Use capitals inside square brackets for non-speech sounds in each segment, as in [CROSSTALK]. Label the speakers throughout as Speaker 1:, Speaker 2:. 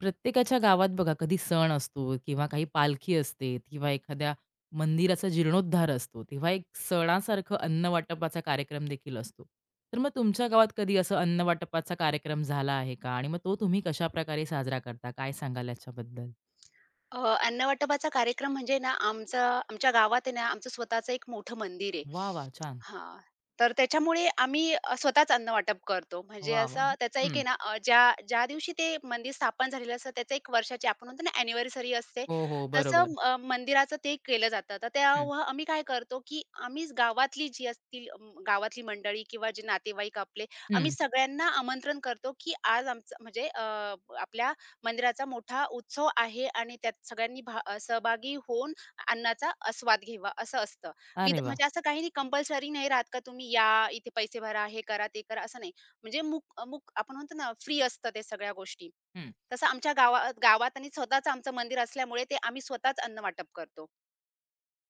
Speaker 1: प्रत्येकाच्या गावात बघा कधी सण असतो किंवा काही पालखी असते किंवा एखाद्या मंदिराचा जीर्णोद्धार असतो तेव्हा एक सणासारखं अन्न वाटपाचा कार्यक्रम देखील असतो. तर मग तुमच्या गावात कधी असं अन्न वाटपाचा कार्यक्रम झाला आहे का आणि मग तो तुम्ही कशा प्रकारे साजरा करता? काय सांगाल याच्याबद्दल?
Speaker 2: अ, अन्नवाटपाचा कार्यक्रम म्हणजे ना, आमच्या गावात आहे ना, आमचं स्वतःचं एक मोठं मंदिर आहे.
Speaker 1: वा वा, छान.
Speaker 2: हां. तर त्याच्यामुळे आम्ही स्वतःच अन्नवाटप करतो. म्हणजे
Speaker 1: वा वा,
Speaker 2: असं त्याचा एक
Speaker 1: हम्म.
Speaker 2: आहे ना, ज्या ज्या दिवशी ते मंदिर स्थापन झालेलं असतं, त्याचं एक वर्षाची आपण म्हणतो ना, अॅनिव्हर्सरी असते.
Speaker 1: हो हो, बरोबर.
Speaker 2: तसं मंदिराचं ते केलं जातं. तर
Speaker 1: हम्म.
Speaker 2: तेव्हा आम्ही काय करतो, की आम्हीच गावातली जी असतील गावातली मंडळी किंवा जे नातेवाईक आपले, आम्ही
Speaker 1: हम्म.
Speaker 2: सगळ्यांना आमंत्रण करतो, की आज आमचं म्हणजे आपल्या मंदिराचा मोठा उत्सव आहे आणि त्यात सगळ्यांनी सहभागी होऊन अन्नाचा आस्वाद घ्यावा, असं असतं.
Speaker 1: अरे
Speaker 2: विद
Speaker 1: वा,
Speaker 2: म्हणजे असं काही नाही कंपल्सरी नाही राहत का तुम्ही या, इथे पैसे भरा, हे करा, ते करा, असं नाही. म्हणजे मूक मूक आपण म्हणतो ना फ्री असतं ते सगळ्या गोष्टी.
Speaker 1: हम्म.
Speaker 2: तसं आमच्या गावात गावात आणि स्वतःचं आमचं मंदिर असल्यामुळे ते आम्ही स्वतःच अन्न वाटप करतो.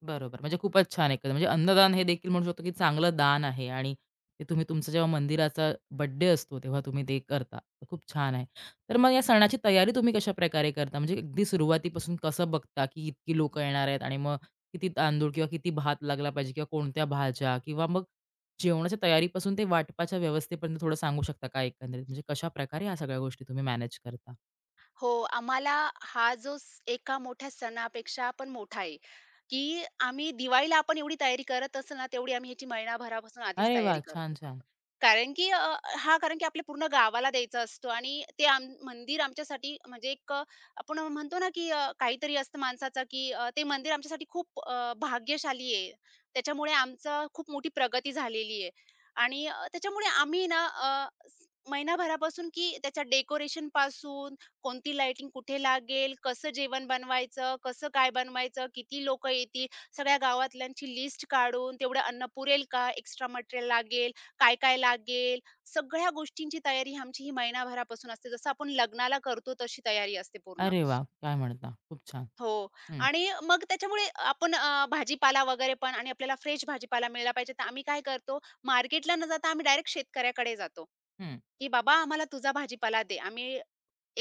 Speaker 1: बरोबर. म्हणजे खूपच छान एकंदर. म्हणजे अन्नदान हे देखील म्हणू शकतो, की चांगलं दान आहे आणि ते तुम्ही तुमचं जेव्हा मंदिराचा बर्थडे असतो, तेव्हा तुम्ही ते करता. तर खूप छान आहे. तर मग या सणाची तयारी तुम्ही कशाप्रकारे करता? म्हणजे अगदी सुरुवातीपासून कसं बघता, की इतकी लोकं येणार आहेत आणि मग किती तांदूळ किंवा किती भात लागला पाहिजे किंवा कोणत्या भाज्या किंवा मग जेवणाच्या तयारीपासून ते वाटपाच्या व्यवस्थेपर्यंत थोडं सांगू शकता का एकंदरीत? म्हणजे कशाप्रकारे ह्या सगळ्या गोष्टी तुम्ही मॅनेज करता?
Speaker 2: हो, आम्हाला हा जो स एका मोठ्या सणापेक्षा पण मोठा आहे, की आम्ही दिवाळीला आपण एवढी तयारी करत असू ना, तेवढी आम्ही ह्याची महिनाभरापासून आधीच
Speaker 1: अरे
Speaker 2: तयारी
Speaker 1: वाह! छान,
Speaker 2: करतो.
Speaker 1: छान.
Speaker 2: कारण की अ, हां, कारण की आपल्या पूर्ण गावाला द्यायचा असतो आणि ते आम मंदिर आमच्यासाठी म्हणजे आपण म्हणतो ना, काहीतरी असतं माणसाचं, ते मंदिर आमच्यासाठी खूप भाग्यशाली आहे. त्याच्यामुळे आमचं खूप मोठी प्रगती झालेली आहे आणि त्याच्यामुळे आम्ही स- महिनाभरापासून की त्याच्या डेकोरेशनपासून, कोणती लाइटिंग कुठे लागेल, कसं जेवण बनवायचं, कसं काय बनवायचं, किती लोकं येतील, सगळ्या गावातल्यांची लिस्ट काढून तेवढं अन्न पुरेल का, एक्स्ट्रा मटेरियल लागेल काय-काय लागेल, सगळ्या गोष्टींची तयारी आमची ही महिनाभरापासून असते. जसं आपण लग्नाला करतो तशी तयारी असते पूर्ण.
Speaker 1: अरे वाह! काय म्हणता? खूप छान.
Speaker 2: हो.
Speaker 1: हं,
Speaker 2: आणि मग त्याच्यामुळे आपण भाजीपाला वगैरे पण आणि आपल्याला फ्रेश भाजीपाला मिळाला पाहिजे, तर आम्ही काय करतो, मार्केटला न जाता आम्ही डायरेक्ट शेतकऱ्याकडे जातो,
Speaker 1: हं,
Speaker 2: की "बाबा आम्हाला तुझा भाजीपाला दे." आम्ही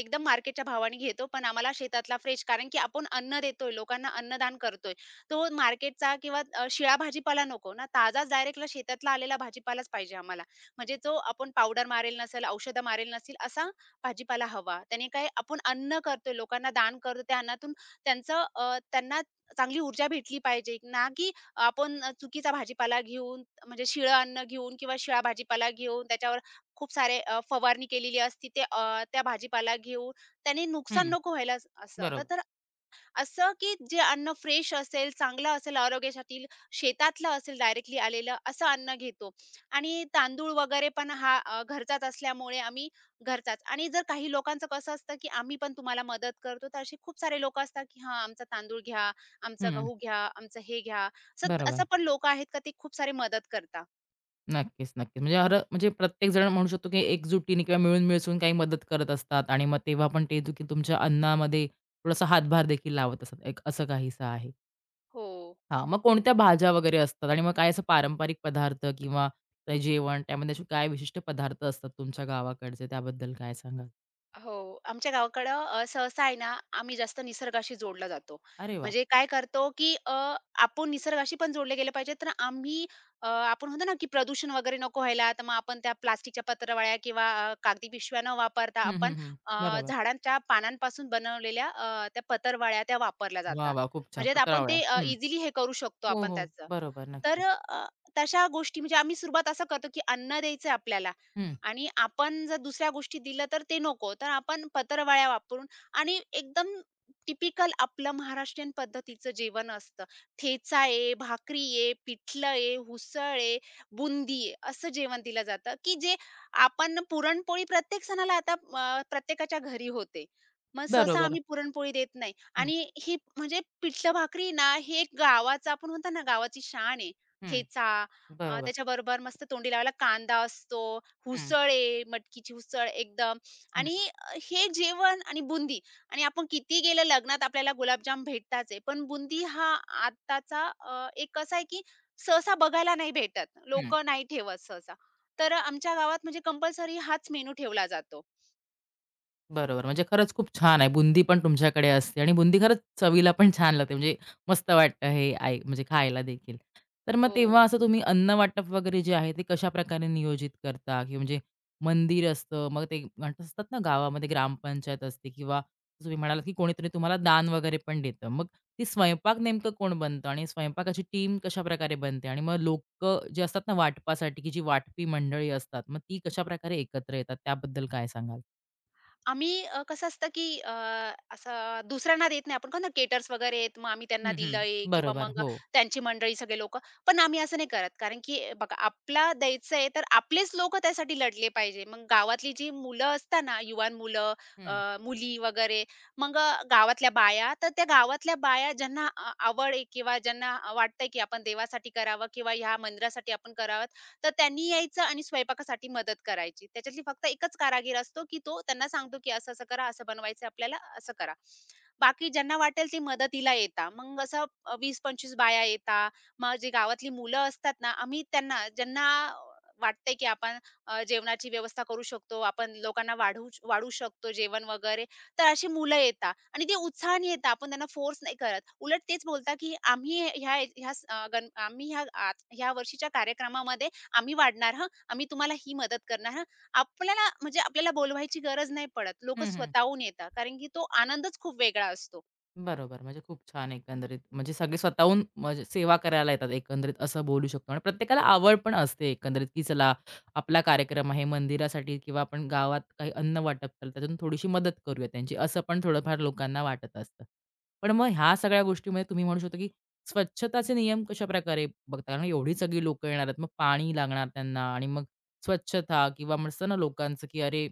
Speaker 2: एकदम मार्केटच्या भावाने घेतो, पण आम्हाला शेतातला फ्रेश कारण की आपण अन्न देतोय, लोकांना अन्नदान करतोय. तो मार्केटचा किंवा शिळा भाजीपाला नको ना, ताजाच डायरेक्टला शेतातला आलेला भाजीपालाच पाहिजे आम्हाला. म्हणजे जो आपण पावडर मारेल नसेल, औषधं मारेल नसेल असा भाजीपाला हवा. त्याने काय आपण अन्न करतोय, लोकांना दान करतो, त्या अन्नातून त्यांना चांगली ऊर्जा भेटली पाहिजे ना, की आपण चुकीचा भाजीपाला घेऊन म्हणजे शिळं अन्न घेऊन किंवा शिळा भाजीपाला घेऊन त्याच्यावर खूप सारे फवारणी केलेली असती ते त्या भाजीपाला घेऊन त्याने नुकसान
Speaker 1: हं.
Speaker 2: नको व्हायला अस- असं. तर
Speaker 1: बरोबर.
Speaker 2: तर असं की जे अन्न फ्रेश असेल, चांगलं असेल आरोग्यासाठी, शेतातलं असेल डायरेक्टली आलेलं असं अन्न घेतो आणि तांदूळ वगैरे पण घरचाच असल्यामुळे आम्ही घरचाच आणि जर काही लोकांचं कसं असतं की आम्ही पण तुम्हाला मदत करतो, तर असे खूप सारे लोकं असतात की हां, आमचा तांदूळ घ्या, आमचा
Speaker 1: हं,
Speaker 2: गहू घ्या, आमचं हे घ्या. असं असं
Speaker 1: बरोबर.
Speaker 2: पण लोकं आहेत का ते खूप सारे मदत करतात.
Speaker 1: नक्कीच, नक्कीच. म्हणजे हर म्हणजे प्रत्येक जण म्हणू शकतो, की एकजुटीने किंवा मिळून-मिसळून काही मदत करत असतात आणि मग तेव्हा पण ते देखील तुमच्या अन्नामध्ये थोडासा हातभार देखील लावत असतात. एक असं काहीसं आहे.
Speaker 2: हो.
Speaker 1: हां, मग कोणत्या भाज्या वगैरे असतात आणि मग काय असं पारंपरिक पदार्थ किंवा ते जेवण त्यामध्ये असे काय विशिष्ट पदार्थ असतात तुमच्या गावाकडचे, त्याबद्दल काय सांगाल?
Speaker 2: हो. आमच्या गावाकडं सहसा आहे ना, आम्ही जास्त निसर्गाशी जोडला जातो.
Speaker 1: अरे वाह!
Speaker 2: म्हणजे काय करतो, आपण निसर्गाशी पण जोडले गेले पाहिजे. तर आम्ही आपण म्हणतो ना, की प्रदूषण वगैरे नको व्हायला, तर मग आपण त्या प्लास्टिकच्या पत्रावळ्या किंवा कागदी पिशव्या न वापरता
Speaker 1: हं,
Speaker 2: आपण
Speaker 1: हं, हं. बरोबर.
Speaker 2: झाडांच्या पानांपासून बनवलेल्या त्या पत्रावळ्या त्या वापरल्या
Speaker 1: वाह,
Speaker 2: जातात.
Speaker 1: वाह! खूप छान.
Speaker 2: म्हणजे आपण
Speaker 1: पत्रावळ्या.
Speaker 2: ते
Speaker 1: हं.
Speaker 2: इझिली हे करू शकतो
Speaker 1: हो,
Speaker 2: आपण
Speaker 1: हो.
Speaker 2: त्याचं.
Speaker 1: बरोबर.
Speaker 2: तर
Speaker 1: नक्कीच.
Speaker 2: अ, तशा गोष्टी म्हणजे आम्ही सुरुवात असं करतो, की अन्न द्यायचंय आपल्याला
Speaker 1: हं.
Speaker 2: आणि आपण जर दुसऱ्या गोष्टी दिल्या तर ते नको. तर आपण पत्रावळ्या वापरून आणि एकदम टिपिकल आपलं महाराष्ट्रीयन पद्धतीचं जेवण असतं. ठेचा आहे, भाकरी आहे, पिठलं आहे, उसळ आहे, बुंदी आहे, असं जेवण दिलं जातं, की जे आपण पुरणपोळी प्रत्येक सणाला आता प्रत्येकाच्या घरी होते. मग सहसा
Speaker 1: बरोबर.
Speaker 2: आम्ही पुरणपोळी देत नाही
Speaker 1: हं,
Speaker 2: आणि ही म्हणजे पिठलं भाकरी ना, हे एक गावाचं आपण म्हणतो ना, गावाची शान आहे.
Speaker 1: हं.
Speaker 2: ठेचा
Speaker 1: बरोबर.
Speaker 2: त्याच्याबरोबर मस्त तोंडी लावायला कांदा असतो,
Speaker 1: हं,
Speaker 2: उसळ आहे, मटकीची उसळ एकदम
Speaker 1: हं,
Speaker 2: आणि हे जेवण आणि बुंदी आणि आपण किती गेलं लग्नात आपल्याला गुलाबजाम भेटताच आहे. पण बुंदी हा आताचा, एक असा आहे की सहसा बघायला नाही भेटत.
Speaker 1: हं.
Speaker 2: लोकं नाही ठेवत सहसा. तर आमच्या गावात म्हणजे कंपल्सरी हाच मेनू ठेवला जातो.
Speaker 1: बरोबर. म्हणजे खरंच खूप छान आहे. बुंदी पण तुमच्याकडे असते आणि बुंदी खरंच चवीला पण छान लागते. म्हणजे मस्त वाटतं हे आय म्हणजे खायला देखील. तर मग
Speaker 2: हो.
Speaker 1: तेव्हा असं तुम्ही अन्न वाटप वगैरे जे आहे ते कशाप्रकारे नियोजित करता? की म्हणजे मंदिर असतं, मग ते म्हणत असतात ना, गावामध्ये ग्रामपंचायत असते किंवा तुम्ही म्हणालात की कोणीतरी तुम्हाला दान वगैरे पण देतं. मग ती स्वयंपाक नेमकं कोण बनतं आणि स्वयंपाकाची टीम कशाप्रकारे बनते? आणि मग लोकं जे असतात ना वाटपासाठी, की जी वाटपी मंडळी असतात, मग ती कशाप्रकारे एकत्र येतात, त्याबद्दल काय सांगाल?
Speaker 2: आम्ही कसं असतं, असं दुसऱ्यांना देत नाही. आपण कोणतं केटर्स वगैरे आहेत, मग आम्ही त्यांना
Speaker 1: हं, हं.
Speaker 2: दिलंय किंवा
Speaker 1: बरोबर.
Speaker 2: मग
Speaker 1: हो.
Speaker 2: त्यांची मंडळी सगळे लोक पण आम्ही असं नाही करत. कारण की बघा आपला द्यायचं आहे, तर आपलेच लोक त्यासाठी लढले पाहिजे. मग गावातली जी मुलं असतात ना, युवान मुलं,
Speaker 1: हं.
Speaker 2: अ, मुली वगैरे, मग गावातल्या बाया, तर त्या गावातल्या बाया ज्यांना आ आवड आहे किंवा ज्यांना वाटतंय, की आपण देवासाठी करावं किंवा ह्या मंदिरासाठी आपण करावं, तर त्यांनी यायचं आणि स्वयंपाकासाठी मदत करायची. त्याच्यातली फक्त एकच कारागीर असतो, की तो त्यांना सांगतो, की असं-असं करा, असं बनवायचं आपल्याला, असं करा. बाकी ज्यांना वाटेल ते मदतीला येतात. मग असं 20-25 बाया येतात. मग जी गावातली मुलं असतात ना, आम्ही त्यांना ज्यांना वाटतंय, की आपण जेवणाची व्यवस्था करू शकतो, आपण लोकांना वाढवू वाढवू शकतो जेवण वगैरे, तर अशी मुलं येतात आणि ते उत्साहाने येतात. आपण त्यांना फोर्स नाही करत. उलट तेच बोलतात, की आम्ही ह्या ह्या स अ, गण आम्ही ह्या वर्षीच्या कार्यक्रमामध्ये आम्ही वाढणार हं, आम्ही तुम्हाला ही मदत करणार हं. आपल्याला बोलवायची गरज नाही पडत. लोकं
Speaker 1: हं, हं.
Speaker 2: स्वतःहून येतात कारण की तो आनंदच खूप वेगळा असतो.
Speaker 1: बरोबर. म्हणजे खूप छान एकंदरीत. म्हणजे सगळे स्वतःहून म्हणजे सेवा करायला येतात एकंदरीत असं बोलू शकतो आणि प्रत्येकाला आवड पण असते एकंदरीत, की चला आपला कार्यक्रम आहे मंदिरासाठी किंवा आपण गावात काही अन्न वाटप केलं त्यातून थोडीशी मदत करूया त्यांची, असं पण थोडंफार लोकांना वाटत असतं. पण मग ह्या सगळ्या गोष्टीमध्ये तुम्ही म्हणू शकता, की स्वच्छताचे नियम कशाप्रकारे बघता? कारण एवढी सगळी लोकं येणार आहेत, मग पाणी लागणार त्यांना आणि मग स्वच्छता किंवा म्हणतं ना लोकांचं, की अरे,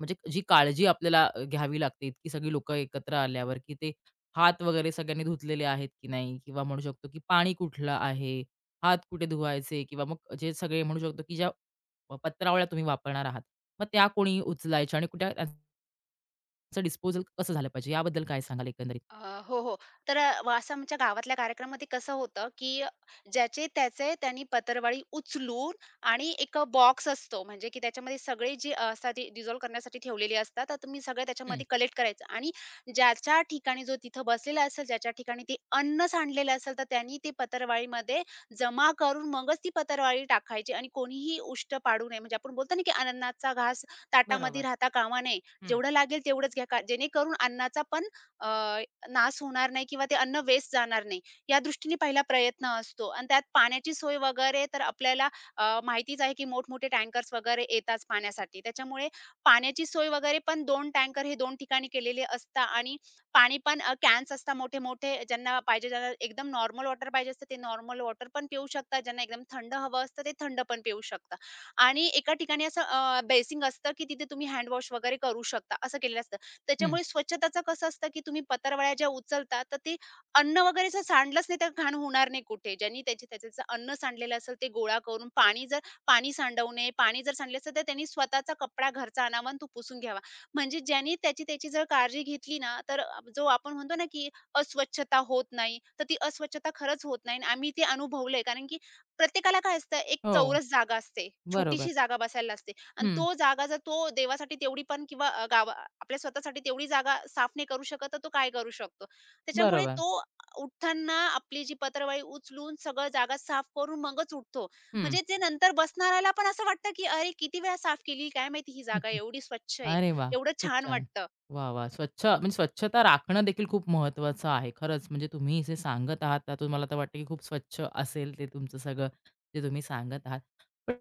Speaker 1: म्हणजे जी काळजी आपल्याला घ्यावी लागते इतकी सगळी लोकं एकत्र आल्यावर, की ते हात वगैरे सगळ्यांनी धुतलेले आहेत की नाही, किंवा म्हणू शकतो की पाणी कुठलं आहे, हात कुठे धुवायचे, किंवा मग जे सगळे म्हणू शकतो की ज्या पत्रावळ्या तुम्ही वापरणार आहात, मग त्या कोणी उचलायच्या आणि कुठे त्यांचं डिस्पोजल कसं झालं पाहिजे, याबद्दल काय सांगाल एकंदरीत?
Speaker 2: अ, हो, हो. तर अ, व असं आमच्या गावातल्या कार्यक्रमामध्ये कसं होतं, की ज्याचे त्याचे त्यांनी पत्रावळी उचलून आणि एक बॉक्स असतो म्हणजे की त्याच्यामध्ये सगळे जे असतात ते डिझॉल्व्ह करण्यासाठी ठेवलेले असतात. तर तुम्ही सगळं
Speaker 1: हं.
Speaker 2: त्याच्यामध्ये कलेक्ट करायचं आणि ज्याच्या ठिकाणी जो तिथं बसलेला असेल, ज्याच्या ठिकाणी ते अन्न सांडलेलं असेल, तर त्यांनी ते पत्रावळीमध्ये जमा करून मगच ती पत्रावळी टाकायची आणि कोणीही उष्ट पाडू नये. म्हणजे आपण बोलतो ना, की अन्नाचा घास ताटामध्ये
Speaker 1: बरोबर.
Speaker 2: राहता कामा नये.
Speaker 1: हं.
Speaker 2: जेवढं लागेल तेवढंच घ्या. का जेणेकरून अन्नाचा पण अ, नाश होणार नाही किंवा ते अन्न वेस्ट जाणार नाही, या दृष्टीने पहिला प्रयत्न असतो आणि त्यात पाण्याची सोय वगैरे तर आपल्याला माहितीच आहे, की मोठमोठे टँकर्स वगैरे येतात पाण्यासाठी. त्याच्यामुळे पाण्याची सोय वगैरे पण 2 टँकर हे 2 ठिकाणी केलेले असतात आणि पाणी पण कॅन्स असतात मोठे-मोठे. ज्यांना पाहिजे, ज्यांना एकदम नॉर्मल वॉटर पाहिजे असतं, ते नॉर्मल वॉटर पण पिऊ शकतात. ज्यांना एकदम थंड हवं असतं, ते थंड पण पिऊ शकतात आणि एका ठिकाणी असं बेसिंग असतं, की तिथे तुम्ही हँड वगैरे करू शकता, असं केलेलं असतं.
Speaker 1: हं.
Speaker 2: त्याच्यामुळे स्वच्छताचं कसं असतं, की तुम्ही पत्रावळ्या ज्या उचलता, तर ते अन्न वगैरे जर सांडलंच नाही, तर घाण होणार नाही कुठे. ज्यांनी त्याचं अन्न सांडलेलं असेल, ते गोळा करून पाणी सांडवू नये. पाणी जर सांडले असेल, तर त्यांनी स्वतःचा कपडा घरचा आणावा आणि तो पुसून घ्यावा. म्हणजे ज्यांनी त्याची त्याची जर काळजी घेतली ना, तर जो आपण म्हणतो ना, की अस्वच्छता होत नाही, तर ती अस्वच्छता खरंच होत नाही. आणि आम्ही ते अनुभवलंय. कारण की प्रत्येकाला काय असतं, एक
Speaker 1: हो.
Speaker 2: चौरस जागा असते.
Speaker 1: बरोबर.
Speaker 2: छोटीशी जागा बसायला असते. आणि
Speaker 1: हं.
Speaker 2: तो जागा जर तो देवासाठी तेवढी पण किंवा गावा आपल्या स्वतःसाठी तेवढी जागा साफ नाही करू शकत, तर तो काय करू शकतो? त्याच्यामुळे
Speaker 1: बरोबर.
Speaker 2: तो उठताना आपली जी पत्रावळी उचलून सगळं जागा साफ करून मगच उठतो.
Speaker 1: हं.
Speaker 2: म्हणजे जे नंतर बसणाऱ्याला पण असं वाटतं, की "अरे, किती वेळा साफ केली, काय माहिती ही जागा एवढी स्वच्छ आहे,
Speaker 1: अरे वाह!
Speaker 2: एवढं
Speaker 1: खूप
Speaker 2: छान
Speaker 1: छान.
Speaker 2: वाटतं."
Speaker 1: वाह, वाह! स्वच्छ म्हणजे स्वच्छता राखणं देखील खूप महत्त्वाचं आहे. खरंच म्हणजे तुम्ही जे सांगत आहात त्यातून मला तर वाटतं की खूप स्वच्छ असेल ते तुमचं सगळं जे तुम्ही सांगत आहात. पण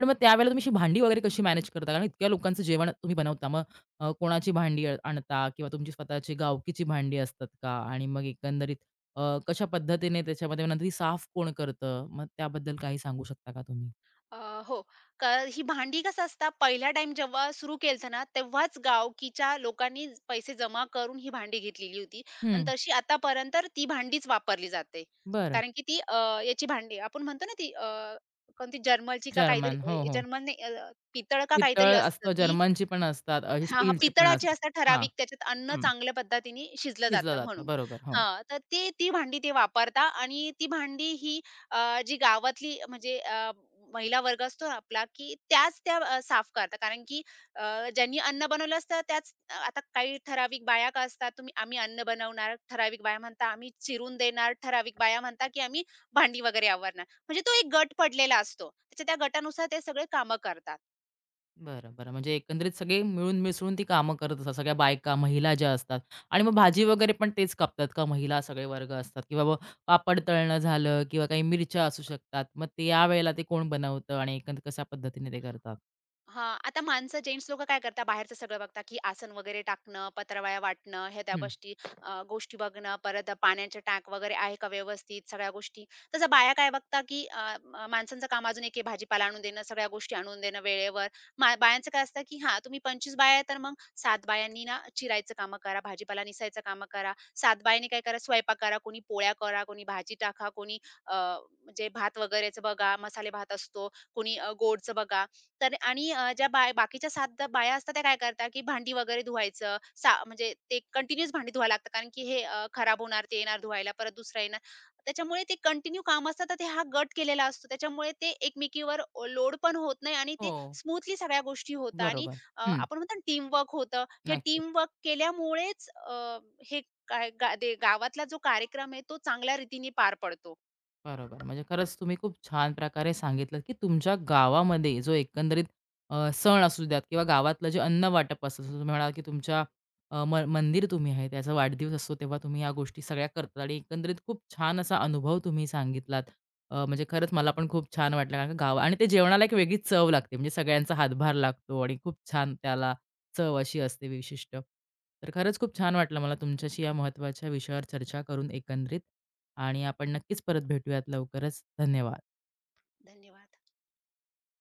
Speaker 1: पण मग त्यावेळेला तुम्ही अशी भांडी वगैरे कशी मॅनेज करता? कारण इतक्या लोकांचं जेवण तुम्ही बनवता. मग कोणाची भांडी आणता किंवा तुमची स्वतःची गावकीची भांडी असतात का? आणि मग एकंदरीत कशा पद्धतीने त्याच्यामध्ये नंतर ती साफ कोण करतं? मग त्याबद्दल काही सांगू शकता का तुम्ही?
Speaker 2: अ, हो. क ही भांडी कसं असतं पहिला टाईम जेव्हा सुरू केलं ना, तेव्हाच गावकीच्या लोकांनी पैसे जमा करून ही भांडी घेतलेली होती आणि
Speaker 1: हं.
Speaker 2: तशी आतापर्यंत ती भांडीच वापरली जाते.
Speaker 1: बरं.
Speaker 2: कारण की ती याची भांडी आपण म्हणतो ना ती कोणती जर्मलची का
Speaker 1: जर्मन. हो,
Speaker 2: काहीतरी
Speaker 1: हो.
Speaker 2: जर्मल नाही पितळ का काहीतरी
Speaker 1: पितळ
Speaker 2: असतं
Speaker 1: असतं,
Speaker 2: ती
Speaker 1: जर्मनची पण असतात, ही
Speaker 2: हां, हां.
Speaker 1: स्टीलची पण [LAUGHS]
Speaker 2: पितळाचे
Speaker 1: असतात.
Speaker 2: असतात
Speaker 1: हां,
Speaker 2: ठराविक त्याच्यात अन्न
Speaker 1: हं.
Speaker 2: चांगल्या पद्धतीने शिजलं
Speaker 1: शिजलं
Speaker 2: जातं
Speaker 1: जातं.
Speaker 2: म्हणून.
Speaker 1: बरोबर. हो.
Speaker 2: हां, तर ते ती भांडी ते वापरता आणि ती भांडी ही जी गावातली म्हणजे महिला वर्ग असतो ना आपला, की त्याच त्या साफ करतात. कारण की अ, ज्यांनी अन्न बनवलं असतं आता काही ठराविक बाया का असतात, तुम्ही आम्ही अन्न बनवणार, ठराविक बाया म्हणता आम्ही चिरून देणार, ठराविक बाया म्हणता, की आम्ही भांडी वगैरे आवरणार. म्हणजे तो एक गट पडलेला असतो. त्याच्या त्या गटानुसार ते सगळे कामं करतात.
Speaker 1: बरं, बरं. म्हणजे एकंदरीत सगळे मिळून मिसळून ती कामं करत असतात. सगळ्या बायका, महिला ज्या असतात, आणि मग भाजी वगैरे पण तेच कापतात का? महिला सगळे वर्ग असतात किंवा मग पापड तळणं झालं किंवा काही मिरच्या असू शकतात. मग ते यावेळेला ते कोण बनवतं आणि एकंदरीत कशा पद्धतीने ते करतात?
Speaker 2: हां, आता माणसं जेन्ट्स लोकं काय करतात बाहेरचं सगळं बघतात, की आसन वगैरे टाकणं, पत्रावळ्या वाटणं, ह्या त्या
Speaker 1: हं.
Speaker 2: गोष्टी अ, गोष्टी बघणं, परत पाण्याचे टाक वगैरे आहे का व्यवस्थित सगळ्या गोष्टी. तसं बाया काय बघतात, की अ, म माणसांचं काम अजून एक आहे भाजीपाला आणून देणं, सगळ्या गोष्टी आणून देणं वेळेवर. मा बायांचं काय असतं, की हां, तुम्ही 25 बाया आहे तर मग 7 बायांनी ना चिरायचं कामं करा, भाजीपाला निसायचं कामं करा. 7 बायांनी काय करा, स्वयंपाक करा, कोणी पोळ्या करा, कोणी भाजी टाका, अ, म्हणजे भात वगैरेचं बघा, मसाले भात असतो, कोणी गोडचं बघा. तर आणि ज्या बाय बाकीच्या 7 बाया असतात त्या काय करतात, की भांडी वगैरे धुवायचं, म्हणजे ते कंटिन्यूअस भांडी धुवायला लागतात, कारण की खराब होणार, ते येणार धुवायला, परत दुसरा येणार. त्याच्यामुळे ते कंटिन्यू काम असतात, तर ते हा गट केलेला असतो. त्याच्यामुळे ते एकमेकीवर लोड पण होत नाही आणि ते
Speaker 1: हो.
Speaker 2: स्मूथली सगळ्या गोष्टी होतात आणि
Speaker 1: बरोबर. हं.
Speaker 2: आपण म्हणतो ना टीमवर्क होतं. हे
Speaker 1: नक्कीच.
Speaker 2: टीमवर्क केल्यामुळेच हे काय गा ते गावातला जो कार्यक्रम आहे, तो चांगल्या रीतीने पार पडतो.
Speaker 1: बरोबर. म्हणजे खरंच तुम्ही खूप छान प्रकारे सांगितलं, की तुमच्या गावामध्ये जो एकंदरीत सण असू द्यात किंवा गावातलं जे अन्न वाटप असतं, जसं तुम्ही म्हणालात, की तुमच्या अ, म मंदिर तुम्ही आहे, त्याचा वाढदिवस असतो, तेव्हा तुम्ही ह्या गोष्टी सगळ्या करतात आणि एकंदरीत खूप छान असा अनुभव तुम्ही सांगितलात. म्हणजे खरंच मला पण खूप छान वाटलं, कारण का गाव आणि ते जेवणाला एक वेगळीच चव लागते. म्हणजे सगळ्यांचा हातभार लागतो आणि खूप छान त्याला चव अशी असते विशिष्ट. तर खरंच खूप छान वाटलं मला तुमच्याशी या महत्त्वाच्या विषयावर चर्चा करून एकंदरीत, आणि आपण नक्कीच परत भेटूयात लवकरच. धन्यवाद.
Speaker 2: धन्यवाद.